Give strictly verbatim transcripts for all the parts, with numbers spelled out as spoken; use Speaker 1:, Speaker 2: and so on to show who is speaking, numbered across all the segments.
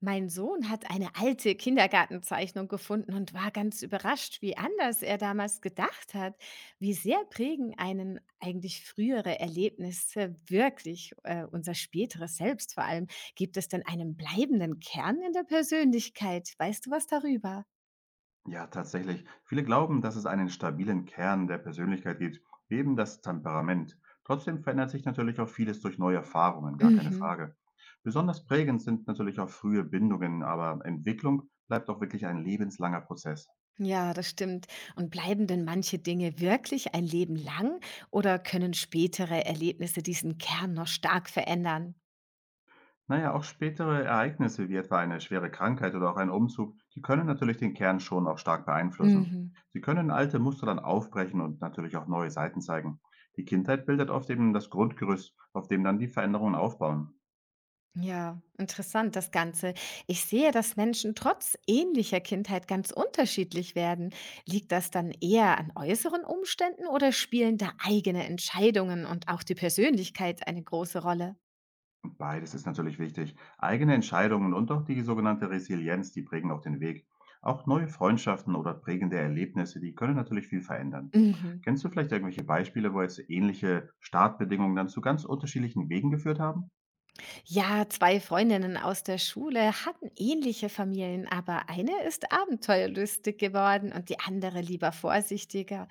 Speaker 1: Mein Sohn hat eine alte Kindergartenzeichnung gefunden und war ganz überrascht, wie anders er damals gedacht hat. Wie sehr prägen einen eigentlich frühere Erlebnisse wirklich äh, unser späteres Selbst vor allem? Gibt es denn einen bleibenden Kern in der Persönlichkeit? Weißt du was darüber?
Speaker 2: Ja, tatsächlich. Viele glauben, dass es einen stabilen Kern der Persönlichkeit gibt, wie eben das Temperament. Trotzdem verändert sich natürlich auch vieles durch neue Erfahrungen, gar keine
Speaker 1: Mhm.
Speaker 2: Frage. Besonders prägend sind natürlich auch frühe Bindungen, aber Entwicklung bleibt auch wirklich ein lebenslanger Prozess.
Speaker 1: Ja, das stimmt. Und bleiben denn manche Dinge wirklich ein Leben lang oder können spätere Erlebnisse diesen Kern noch stark verändern?
Speaker 2: Naja, auch spätere Ereignisse wie etwa eine schwere Krankheit oder auch ein Umzug, die können natürlich den Kern schon auch stark beeinflussen.
Speaker 1: Mhm.
Speaker 2: Sie können alte Muster dann aufbrechen und natürlich auch neue Seiten zeigen. Die Kindheit bildet oft eben das Grundgerüst, auf dem dann die Veränderungen aufbauen.
Speaker 1: Ja, interessant das Ganze. Ich sehe, dass Menschen trotz ähnlicher Kindheit ganz unterschiedlich werden. Liegt das dann eher an äußeren Umständen oder spielen da eigene Entscheidungen und auch die Persönlichkeit eine große Rolle?
Speaker 2: Beides ist natürlich wichtig. Eigene Entscheidungen und auch die sogenannte Resilienz, die prägen auch den Weg. Auch neue Freundschaften oder prägende Erlebnisse, die können natürlich viel verändern.
Speaker 1: Mhm.
Speaker 2: Kennst du vielleicht irgendwelche Beispiele, wo jetzt ähnliche Startbedingungen dann zu ganz unterschiedlichen Wegen geführt haben?
Speaker 1: Ja, zwei Freundinnen aus der Schule hatten ähnliche Familien, aber eine ist abenteuerlustig geworden und die andere lieber vorsichtiger.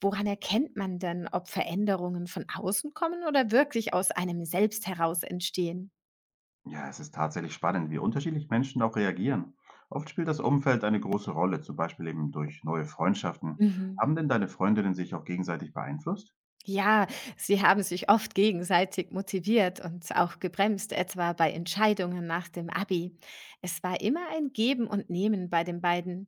Speaker 1: Woran erkennt man denn, ob Veränderungen von außen kommen oder wirklich aus einem selbst heraus entstehen?
Speaker 2: Ja, es ist tatsächlich spannend, wie unterschiedlich Menschen auch reagieren. Oft spielt das Umfeld eine große Rolle, zum Beispiel eben durch neue Freundschaften.
Speaker 1: Mhm.
Speaker 2: Haben denn deine Freundinnen sich auch gegenseitig beeinflusst?
Speaker 1: Ja, sie haben sich oft gegenseitig motiviert und auch gebremst, etwa bei Entscheidungen nach dem Abi. Es war immer ein Geben und Nehmen bei den beiden.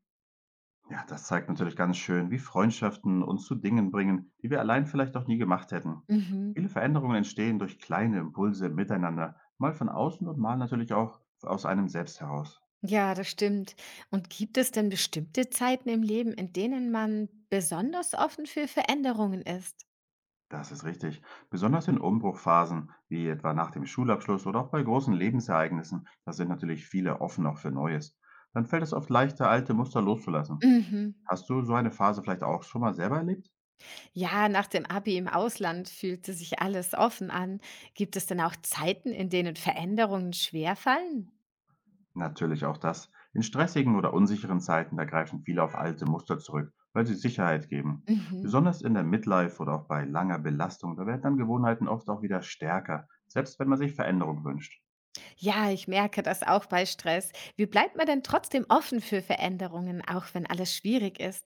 Speaker 2: Ja, das zeigt natürlich ganz schön, wie Freundschaften uns zu Dingen bringen, die wir allein vielleicht auch nie gemacht hätten.
Speaker 1: Mhm.
Speaker 2: Viele Veränderungen entstehen durch kleine Impulse miteinander, mal von außen und mal natürlich auch aus einem selbst heraus.
Speaker 1: Ja, das stimmt. Und gibt es denn bestimmte Zeiten im Leben, in denen man besonders offen für Veränderungen ist?
Speaker 2: Das ist richtig. Besonders in Umbruchphasen, wie etwa nach dem Schulabschluss oder auch bei großen Lebensereignissen, da sind natürlich viele offen auch für Neues. Dann fällt es oft leichter, alte Muster loszulassen.
Speaker 1: Mhm.
Speaker 2: Hast du so eine Phase vielleicht auch schon mal selber erlebt?
Speaker 1: Ja, nach dem Abi im Ausland fühlte sich alles offen an. Gibt es denn auch Zeiten, in denen Veränderungen schwerfallen?
Speaker 2: Natürlich auch das. In stressigen oder unsicheren Zeiten, da greifen viele auf alte Muster zurück, weil sie Sicherheit geben.
Speaker 1: Mhm.
Speaker 2: Besonders in der Midlife oder auch bei langer Belastung, da werden dann Gewohnheiten oft auch wieder stärker, selbst wenn man sich Veränderung wünscht.
Speaker 1: Ja, ich merke das auch bei Stress. Wie bleibt man denn trotzdem offen für Veränderungen, auch wenn alles schwierig ist?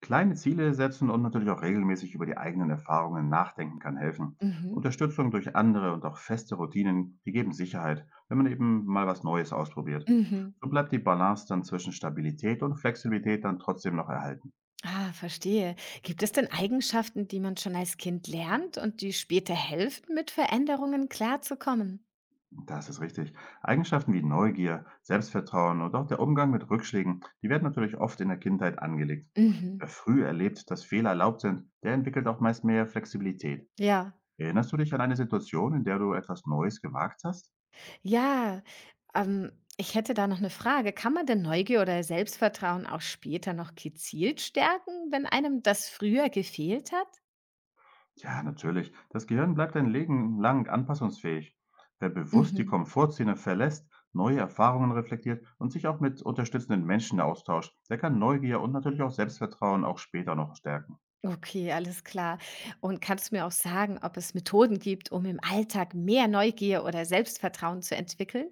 Speaker 2: Kleine Ziele setzen und natürlich auch regelmäßig über die eigenen Erfahrungen nachdenken kann helfen.
Speaker 1: Mhm.
Speaker 2: Unterstützung durch andere und auch feste Routinen, die geben Sicherheit, wenn man eben mal was Neues ausprobiert.
Speaker 1: Mhm.
Speaker 2: So bleibt die Balance dann zwischen Stabilität und Flexibilität dann trotzdem noch erhalten.
Speaker 1: Ah, verstehe. Gibt es denn Eigenschaften, die man schon als Kind lernt und die später helfen, mit Veränderungen klarzukommen?
Speaker 2: Das ist richtig. Eigenschaften wie Neugier, Selbstvertrauen und auch der Umgang mit Rückschlägen, die werden natürlich oft in der Kindheit angelegt.
Speaker 1: Mhm.
Speaker 2: Wer früh erlebt, dass Fehler erlaubt sind, der entwickelt auch meist mehr Flexibilität.
Speaker 1: Ja.
Speaker 2: Erinnerst du dich an eine Situation, in der du etwas Neues gewagt hast?
Speaker 1: Ja. Ähm, Ich hätte da noch eine Frage. Kann man denn Neugier oder Selbstvertrauen auch später noch gezielt stärken, wenn einem das früher gefehlt hat?
Speaker 2: Ja, natürlich. Das Gehirn bleibt ein Leben lang anpassungsfähig. Wer bewusst die
Speaker 1: Mhm.
Speaker 2: Komfortzone verlässt, neue Erfahrungen reflektiert und sich auch mit unterstützenden Menschen austauscht, der kann Neugier und natürlich auch Selbstvertrauen auch später noch stärken.
Speaker 1: Okay, alles klar. Und kannst du mir auch sagen, ob es Methoden gibt, um im Alltag mehr Neugier oder Selbstvertrauen zu entwickeln?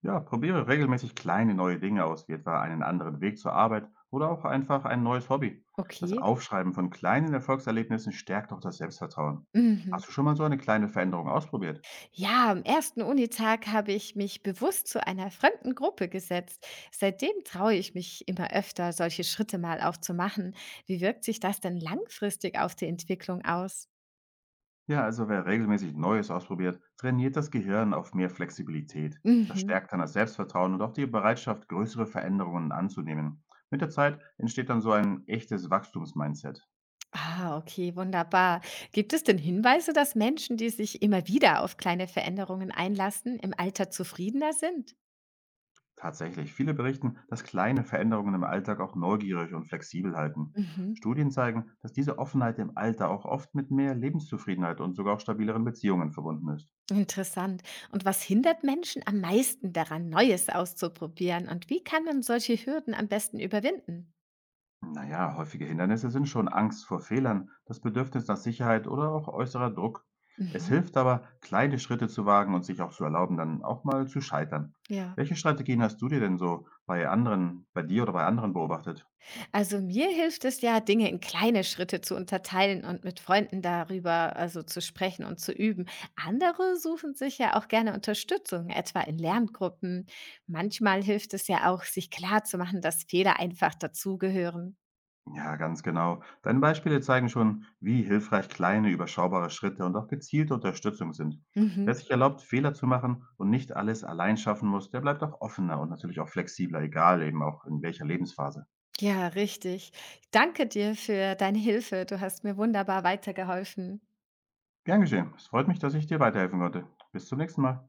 Speaker 2: Ja, probiere regelmäßig kleine neue Dinge aus, wie etwa einen anderen Weg zur Arbeit oder auch einfach ein neues Hobby. Das
Speaker 1: Okay.
Speaker 2: Aufschreiben von kleinen Erfolgserlebnissen stärkt auch das Selbstvertrauen.
Speaker 1: Mhm.
Speaker 2: Hast du schon mal so eine kleine Veränderung ausprobiert?
Speaker 1: Ja, am ersten Unitag habe ich mich bewusst zu einer fremden Gruppe gesetzt. Seitdem traue ich mich immer öfter, solche Schritte mal auch zu machen. Wie wirkt sich das denn langfristig auf die Entwicklung aus?
Speaker 2: Ja, also wer regelmäßig Neues ausprobiert, trainiert das Gehirn auf mehr Flexibilität. Das
Speaker 1: Mhm.
Speaker 2: stärkt dann das Selbstvertrauen und auch die Bereitschaft, größere Veränderungen anzunehmen. Mit der Zeit entsteht dann so ein echtes Wachstumsmindset.
Speaker 1: Ah, okay, wunderbar. Gibt es denn Hinweise, dass Menschen, die sich immer wieder auf kleine Veränderungen einlassen, im Alter zufriedener sind?
Speaker 2: Tatsächlich, viele berichten, dass kleine Veränderungen im Alltag auch neugierig und flexibel halten.
Speaker 1: Mhm.
Speaker 2: Studien zeigen, dass diese Offenheit im Alter auch oft mit mehr Lebenszufriedenheit und sogar auch stabileren Beziehungen verbunden ist.
Speaker 1: Interessant. Und was hindert Menschen am meisten daran, Neues auszuprobieren? Und wie kann man solche Hürden am besten überwinden?
Speaker 2: Naja, häufige Hindernisse sind schon Angst vor Fehlern, das Bedürfnis nach Sicherheit oder auch äußerer Druck. Es
Speaker 1: Mhm.
Speaker 2: hilft aber, kleine Schritte zu wagen und sich auch zu erlauben, dann auch mal zu scheitern.
Speaker 1: Ja,
Speaker 2: Welche Strategien hast du dir denn so bei anderen, bei dir oder bei anderen beobachtet?
Speaker 1: also mir hilft es ja, Dinge in kleine Schritte zu unterteilen und mit Freunden darüber also zu sprechen und zu üben. Andere suchen sich ja auch gerne Unterstützung, etwa in Lerngruppen. Manchmal hilft es ja auch, sich klar zu machen, dass Fehler einfach dazugehören.
Speaker 2: Ja, ganz genau. Deine Beispiele zeigen schon, wie hilfreich kleine, überschaubare Schritte und auch gezielte Unterstützung sind.
Speaker 1: Mhm.
Speaker 2: Wer sich erlaubt, Fehler zu machen und nicht alles allein schaffen muss, der bleibt auch offener und natürlich auch flexibler, egal eben auch in welcher Lebensphase.
Speaker 1: Ja, richtig. Danke dir für deine Hilfe. Du hast mir wunderbar weitergeholfen.
Speaker 2: Gern geschehen. Es freut mich, dass ich dir weiterhelfen konnte. Bis zum nächsten Mal.